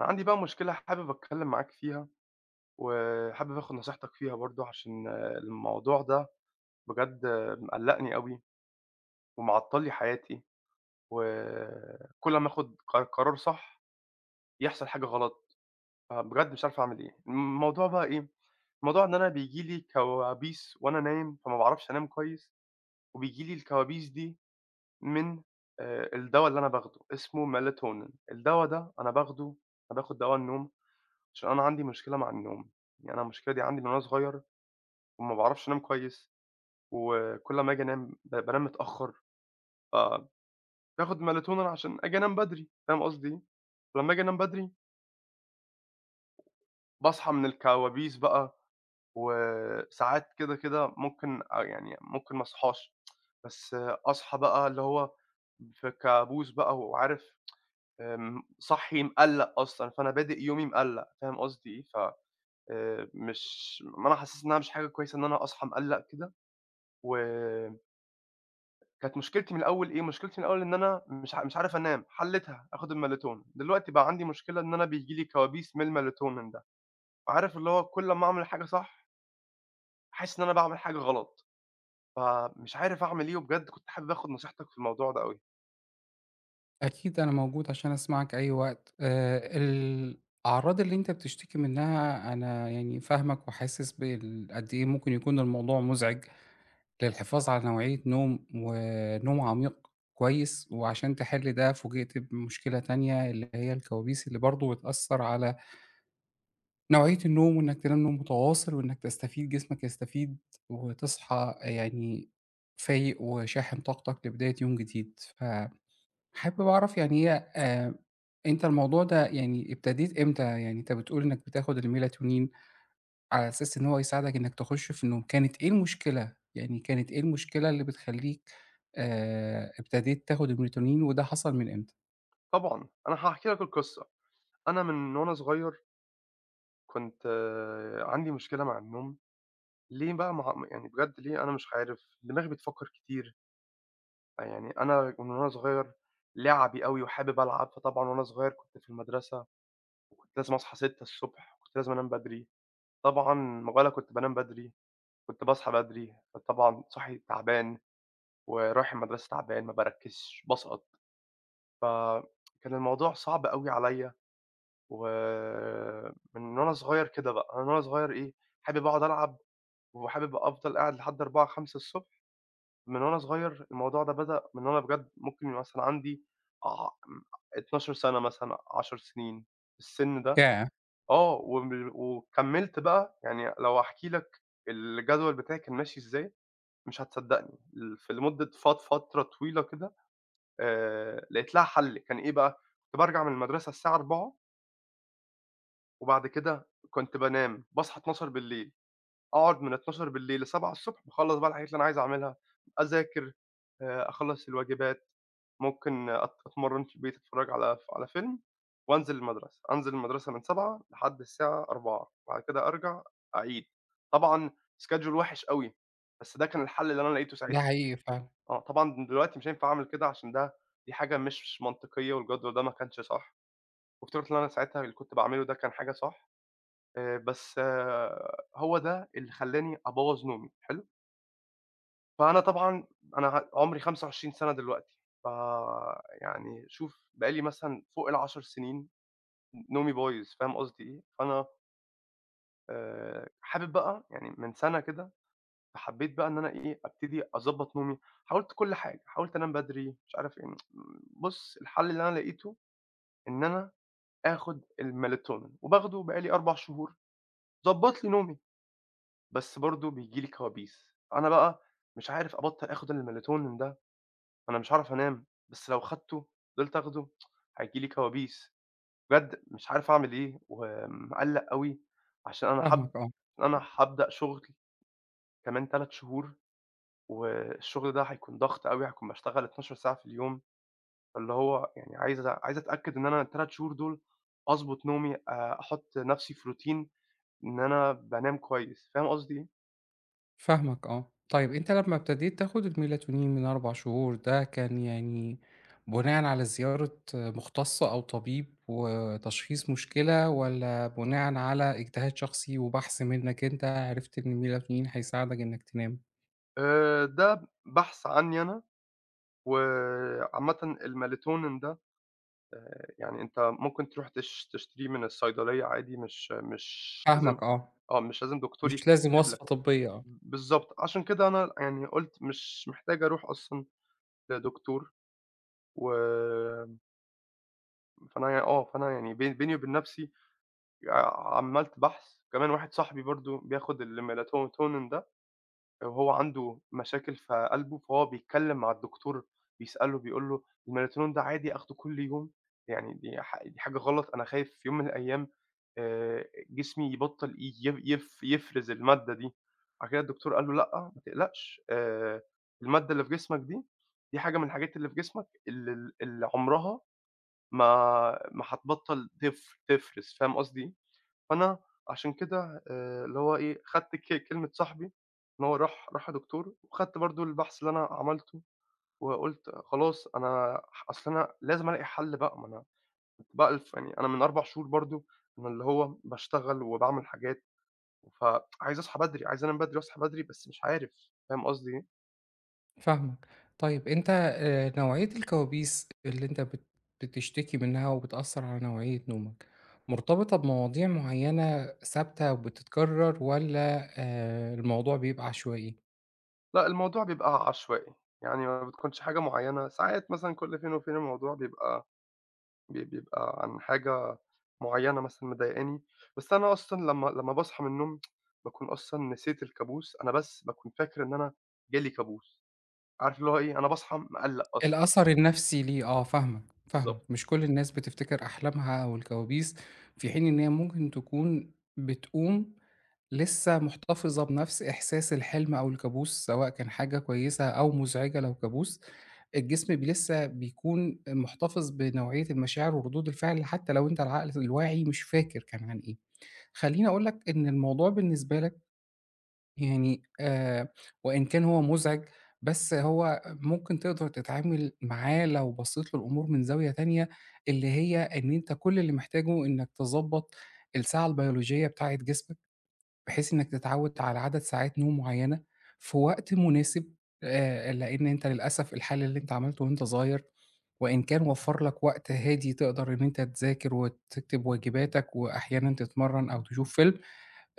أنا عندي بقى مشكلة حابب أتكلّم معاك فيها، وحابب آخُد نصيحتك فيها برضه عشان الموضوع ده بجد مقلّقني أوي، ومعطّل لي حياتي، وكل أمّا آخُد قرار صح يحصل حاجة غلط، فبجد مش عارف أعمل إيه. الموضوع بقى إيه؟ الموضوع إن أنا بييجي لي كوابيس وأنا نايم، فما باعرفش أنام كويس، وبييجي لي الكوابيس دي من الدوا اللي أنا باخده، اسمه melatonin. الدوا ده أنا باخده، أنا باخُد دوا النوم عشان أنا عندي مشكلة مع النوم، يعني أنا المشكلة دي عندي من وأنا صغير وما باعرفش أنام كويس، وكل أمّا آجي أنام بانام متأخّر، فباخد melatonin عشان آجي أنام بدري، فاهم قصدي إيه؟ ولمّا آجي أنام بدري باصحى من الكوابيس بقى، وساعات كده، كده ممكن آه، يعني ممكن ما اصحاش، بس أصحى بقى اللي هو في كابوس بقى وعارف، صاحي مقلّق أصلًا، فأنا بادئ يومي مقلّق، فاهم قصدي إيه؟ ف مش ما أنا حسّيت إنها مش حاجة كويسة إن أنا أصحى مقلّق كده، وكانت مشكلتي من الأول إيه؟ مشكلتي من الأول إن أنا مش عارف أنام، حلّيتها آخُد الMelatonin، دلوقتي بقى عندي مشكلة إن أنا بييجي لي كوابيس من الMelatonin ده، عارف اللي هو كل أمّا أعمل حاجة صح، أحس إن أنا باعمل حاجة غلط، فمش عارف أعمل إيه، وبجد كنت حابب آخُد نصيحتك في الموضوع ده أوي. أكيد أنا موجود عشان أسمعك أي وقت. الأعراض اللي أنت بتشتكي منها أنا يعني فاهمك وحاسس بال قد إيه ممكن يكون الموضوع مزعج للحفاظ على نوعية نوم ونوم عميق كويس، وعشان تحل ده فوجئت بمشكلة تانية اللي هي الكوابيس اللي برضه بتأثّر على نوعية النوم، وإنك تنام نوم متواصل وإنك تستفيد جسمك يستفيد وتصحى يعني فايق وشاحن طاقتك لبداية يوم جديد. ف حابب أعرف يعني هي أنت الموضوع ده يعني ابتديت إمتى؟ يعني أنت بتقول إنّك بتاخُد الMelatonin على أساس إن هو يساعدك إنّك تخُش في النوم، كانت إيه المشكلة؟ يعني كانت إيه المشكلة اللي بتخلّيك ابتديت تاخُد الMelatonin وده حصل من إمتى؟ طبعًا، أنا هاحكي لك القصّة. أنا من وأنا صغير كنت عندي مشكلة مع النوم، ليه بقى يعني بجد ليه أنا مش عارف، دماغي بتفكّر كتير. يعني أنا من وأنا صغير لعبي أوي وحابب ألعب، فطبعًا وأنا صغير كنت في المدرسة وكنت لازم أصحى 6:00 وكنت لازم أنام بدري، طبعًا ما ولا كنت بانام بدري، كنت باصحى بدري، فطبعًا صاحي تعبان ورايح المدرسة تعبان، ما باركّزش، باسقط، فكان الموضوع صعب أوي عليّا. ومن وأنا صغير كده بقى، أنا من وأنا صغير إيه، حابب أقعد ألعب وحابب أفضل قاعد لحد 04:00، 05:00. من وأنا صغير الموضوع ده بدأ من وأنا بجد ممكن يبقى مثلًا عندي آه، م 12 سَنة مثلًا، 10 سنين، السِن ده. ياه! آه، وم وكمّلت بقى يعني لو أحكي لك الجدول بتاعي كان ماشي إزاي مش هتصدّقني، ل في لمدة فترة طويلة كده لقيت لها حَل، كان إيه بقى؟ كنت بارجع من المدرسة الساعة 16:00 وبعد كده كنت بانام، باصحى 00:00. أقعد من 00:00 ل7:00 باخلّص بقى الحاجات اللي أنا عايز أعملها، أذاكر، أخلّص الواجبات، ممكن أتمرّن في البيت، أتفرّج على فيلم وأنزل المدرسة، أنزل المدرسة من 07:00 لحد الساعة 16:00 بعد كده أرجع أعيد. طبعًا schedule وِحِش أوي، بس ده كان الحل اللي أنا لقيته ده ساعتها. حقيقي فعلًا. آه، طبعًا دلوقتي مش هينفع أعمل كده عشان دي حاجة مش منطقية والجدول ده ما كانش صح، وافتكرت إن أنا ساعتها اللي كنت باعمله ده كان حاجة صح. بس هو ده اللي خلّاني أبوّظ نومي، حلو؟ فأنا طبعًا أنا عمري 25 سَنة دلوقتي، فيعني شوف بقى لي مثلًا فوق ال10 سنين نومي بايظ، فاهم قصدي إيه؟ فأنا حابب بقى يعني من سَنة كده، فحبّيت بقى إن أنا إيه، أبتدي أضبّط نومي، حاولت كل حاجة، حاولت أنام بدري، مش عارف إيه، بُص الحل اللي أنا لقيته إن أنا آخُد الMelatonin وباخده بقى لي 4 شهور، ضبّط لي نومي. بس برضه بييجي لي كوابيس، أنا بقى مش عارف أبطّل آخُد الMelatonin ده، أنا مش هاعرف أنام، بس لو خدته فضلت آخده هييجي لي كوابيس، بجد مش عارف أعمل إيه ومقلّق أوي عشان أنا حاب، فاهمك آه. أنا هابدأ شُغل كمان 3 شهور، والشغل ده هيكون ضغط أوي، هاكون باشتغل 12 ساعة في اليوم، فاللي هو يعني عايز عايز أتأكد إن أنا ال3 شهور دول أضبط نومي، أحُط نَفْسي في Routine إن أنا بانام كويس، فاهم قصدي إيه؟ فاهمك آه. طيب أنت لمّا ابتديت تاخد الMelatonin من 4 شهور ده كان يعني بناءً على زيارة مختصّ أو طبيب وتشخيص مشكلة، والّا بناءً على اجتهاد شخصي وبحث منّك أنت عرفت إن الMelatonin هيساعدك إنّك تنام؟ ده بحث عنّي أنا، وعامةً الMelatonin ده يعني أنت ممكن تروح تشتريه من الصيدلية عادي مش لازم، فاهمك آه. مش لازم دكتور مش لازم يكتب وصفة لك. طبية، آه. بالضبط، عشان كده أنا يعني قُلت مش محتاج أروح أصلًا لدكتور، و فأنا ي آه، فأنا يعني بيني وبين نَفْسي عملت بحث، كمان واحد صاحبي برضه بياخُد الMelatonin ده وهو عنده مشاكل في قلبه، فهو بيتكلّم مع الدكتور بيسأله بيقول له: "الMelatonin ده عادي آخده كل يوم؟ يعني دي حاجة غلط، أنا خايف في يوم من الأيام جسمي يبطّل ي ي يف يفرز المادة دي." بعد كده الدكتور قال له: "لأ، ما تقلقش، المادة اللي في جسمك دي، دي حاجة من الحاجات اللي في جسمك ال ال اللي عمرها ما ما هتبطّل تفرز." فاهم قصدي إيه؟ فأنا عشان كده اللي هو إيه، خدت كلمة صاحبي إن هو راح لدكتور، وخدت برضه البحث اللي أنا عملته، وقُلت خلاص أنا أصل أنا لازم ألاقي حل بقى، ما أنا كنت بألف يعني أنا من 4 شهور برضه أنا اللي هو باشتغل وباعمل حاجات، فعايز أصحى بدري، عايز أنام بدري وأصحى بدري، بس مش عارف، فاهم قصدي إيه؟ فاهمك. طيب أنت نوعية الكوابيس اللي أنت بتشتكي منها وبتأثّر على نوعية نومك، مرتبطة بمواضيع معيّنة ثابتة وبتتكرر، والّا الموضوع بيبقى عشوائي؟ لأ، الموضوع بيبقى عشوائي، يعني ما بتكونش حاجة معيّنة، ساعات مثلًا كل فين وفين الموضوع بيبقى بيبقى عن حاجة معيّنة مثلًا مضايقاني، بس أنا أصلًا لمّا باصحى من النوم باكون أصلًا نسيت الكابوس، أنا بس باكون فاكر إن أنا جالي كابوس، عارف اللي هو إيه، أنا باصحى مقلّق أصلًا. الأثر النفسي ليه، آه، فاهمك، فاهمك. بالضبط. مش كل الناس بتفتكر أحلامها أو الكوابيس، في حين إن هي ممكن تكون بتقوم لسه محتفظة بنفس إحساس الحلم أو الكابوس، سواء كان حاجة كويسة أو مزعجة لو كابوس، الجسم لسه بيكون محتفظ بنوعية المشاعر وردود الفعل حتى لو أنت العقل الواعي مش فاكر كان عن إيه. خلّيني أقول لك إن الموضوع بالنسبة لك يعني وإن كان هو مزعج، بس هو ممكن تقدر تتعامل معاه لو بصّيت للأمور من زاوية تانية، اللي هي إن أنت كل اللي محتاجه إنك تضبّط الساعة البيولوجية بتاعة جسمك. بحيث إنك تتعوّد على عدد ساعات نوم معيّنة في وقت مناسب، لإن أنت للأسف الحل اللي أنت عملته وأنت صغير، وإن كان وفّر لك وقت هادي تقدر إن أنت تذاكر وتكتب واجباتك وأحيانًا تتمرّن أو تشوف فيلم،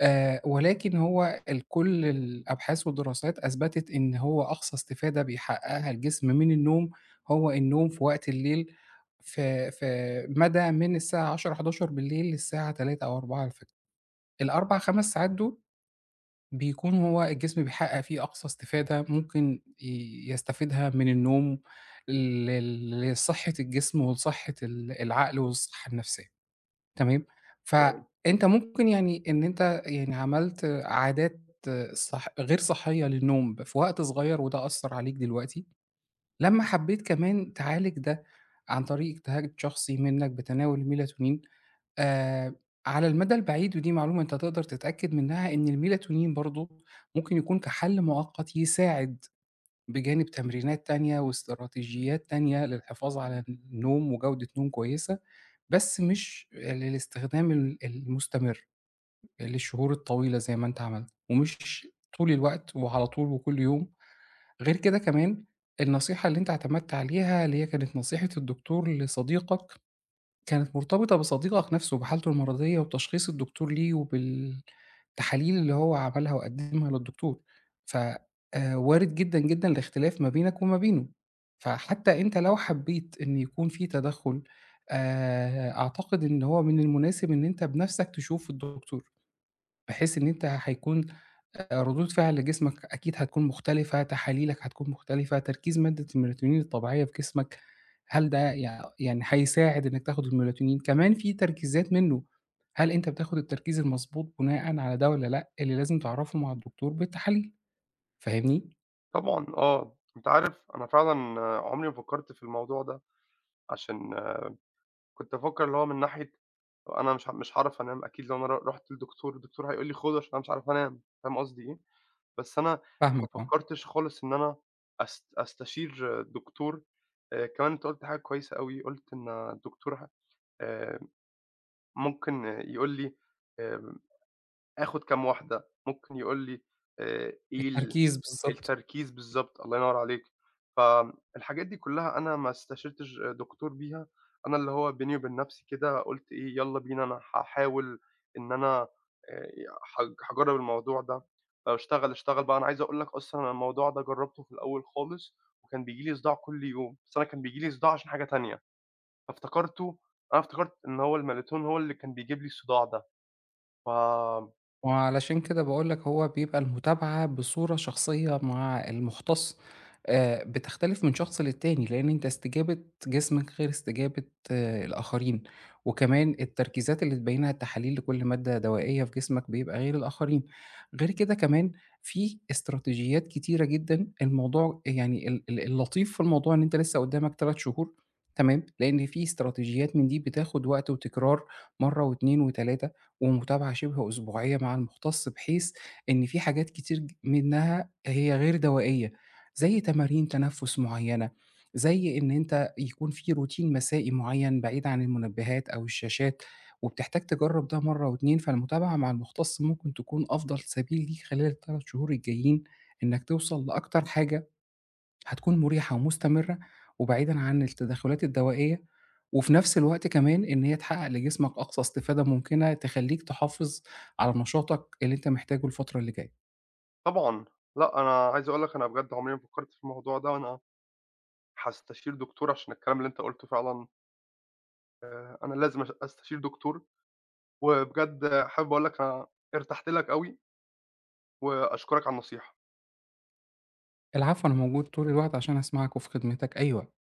ولكن هو كل الأبحاث والدراسات أثبتت إن هو أقصى استفادة بيحققها الجسم من النوم، هو النوم في وقت الليل في مدى من الساعة 22:00، 23:00 للساعة 03:00 أو 04:00. ال4، 5 ساعات دول بيكون هو الجسم بيحقق فيه أقصى استفادة ممكن يستفيدها من النوم لصحة الجسم ولصحة العقل والصحة النفسية، تمام؟ تمام. فأنت ممكن يعني إن أنت يعني عملت عادات صح غير صحية للنوم في وقت صغير، وده أثّر عليك دلوقتي. لمّا حبيت كمان تعالج ده عن طريق اجتهاد شخصي منّك بتناول الMelatonin، آآ على المدى البعيد، ودي معلومة أنت تقدر تتأكد منها، إن الMelatonin برضه ممكن يكون كحل مؤقت يساعد بجانب تمرينات تانية واستراتيجيات تانية للحفاظ على النوم وجودة نوم كويسة، بس مش للاستخدام المستمر للشهور الطويلة زي ما أنت عملت، ومش طول الوقت وعلى طول وكل يوم. غير كده كمان، النصيحة اللي أنت اعتمدت عليها اللي هي كانت نصيحة الدكتور لصديقك، كانت مرتبطة بصديقك نفسه، بحالته المرضية وتشخيص الدكتور ليه وبالتحاليل اللي هو عملها وقدّمها للدكتور، ف وارد جدًا، جدًا الاختلاف ما بينك وما بينه. فحتى أنت لو حبّيت إن يكون في تدخُّل، أعتقد إن هو من المناسب إن أنت بنفسك تشوف الدكتور. بحيث إن أنت هيكون ردود فعل جسمك أكيد هتكون مختلفة، تحاليلك هتكون مختلفة، تركيز مادة الMelatonin الطبيعية في جسمك هل ده يعني هيساعد إنك تاخد الMelatonin، كمان في تركيزات منّه، هل أنت بتاخد التركيز المضبوط بناءً على ده والّا لأ؟ اللي لازم تعرفه مع الدكتور بالتحاليل، فاهمني؟ طبعًا آه. أنت عارف أنا فعلًا عمري ما فكّرت في الموضوع ده، عشان كنت بافكّر اللي هو من ناحية أنا مش هاعرف أنام أكيد لو أنا رُحت للدكتور، الدكتور هيقول لي خُد عشان أنا مش عارف أنام، فاهم قصدي إيه؟ بس أنا ما فاهمك آه، فكّرتش خالص إن أنا أستشير دكتور، كمان أنت قُلت حاجة كويسة أوي، قُلت إن الدكتور ه آآ ممكن يقول لي آآ آخُد كام واحدة، ممكن يقول لي إيه التركيز بالضبط. التركيز بالضبط، الله ينوّر عليك. فالحاجات دي كُلّها أنا ما استشرتش دكتور بيها، أنا اللي هو بيني وبين نَفْسي كده قُلت إيه، يالّا بينا أنا هاحاول إن أنا ه هاجرّب الموضوع ده، لو اشتغل اشتغل بقى. أنا عايز أقول لك أصلًا أنا الموضوع ده جرّبته في الأول خالص وكان بييجي لي صداع كل يوم، بس أنا كان بييجي لي صداع عشان حاجة تانية، فافتكرته، أنا افتكرت إن هو الMelatonin هو اللي كان بيجيب لي الصداع ده. ف وعلشان كده باقول لك هو بيبقى المتابعة بصورة شخصية مع المُختص بتختلف من شخص للتاني، لإن أنت استجابة جسمك غير استجابة الآخرين، وكمان التركيزات اللي تبيّنها التحاليل لكل مادة دوائية في جسمك بيبقى غير الآخرين. غير كده كمان، في استراتيجيات كتيرة جدًا، الموضوع يعني ال ال اللطيف في الموضوع إن أنت لسه قدّامك 3 شهور تمام، لإن في استراتيجيات من دي بتاخد وقت وتكرار مرة و2 و3، ومتابعة شِبه أسبوعية مع المُختص، بحيث إن في حاجات كتير منها هي غير دوائية، زي تمارين تنفُّس معيّنة، زي إن أنت يكون في روتين مسائي معيّن بعيد عن المنبهات أو الشاشات، وبتحتاج تجرّب ده مرّة و2. فالمتابعة مع المُختص ممكن تكون أفضل سبيل ليك خلال ال3 شهور الجايين إنّك توصل لأكتر حاجة هتكون مُريحة ومستمرة، وبعيدًا عن التدخلات الدوائية، وفي نفس الوقت كمان إن هي تحقق لجسمك أقصى استفادة ممكنة تخلّيك تحافظ على نشاطك اللي أنت محتاجه الفترة اللي جاية. طبعًا، لأ، أنا عايز أقول لك أنا بجد عمري ما فكّرت في الموضوع ده، وأنا هاستشير دكتور عشان الكلام اللي أنت قُلته فعلًا أنا لازم أستشير دكتور، وبجد حابب أقول لك أنا ارتحت لك أوي، وأشكرك على النصيحة. العفو، أنا موجود طول الوقت عشان أسمعك وفي خدمتك أي وقت.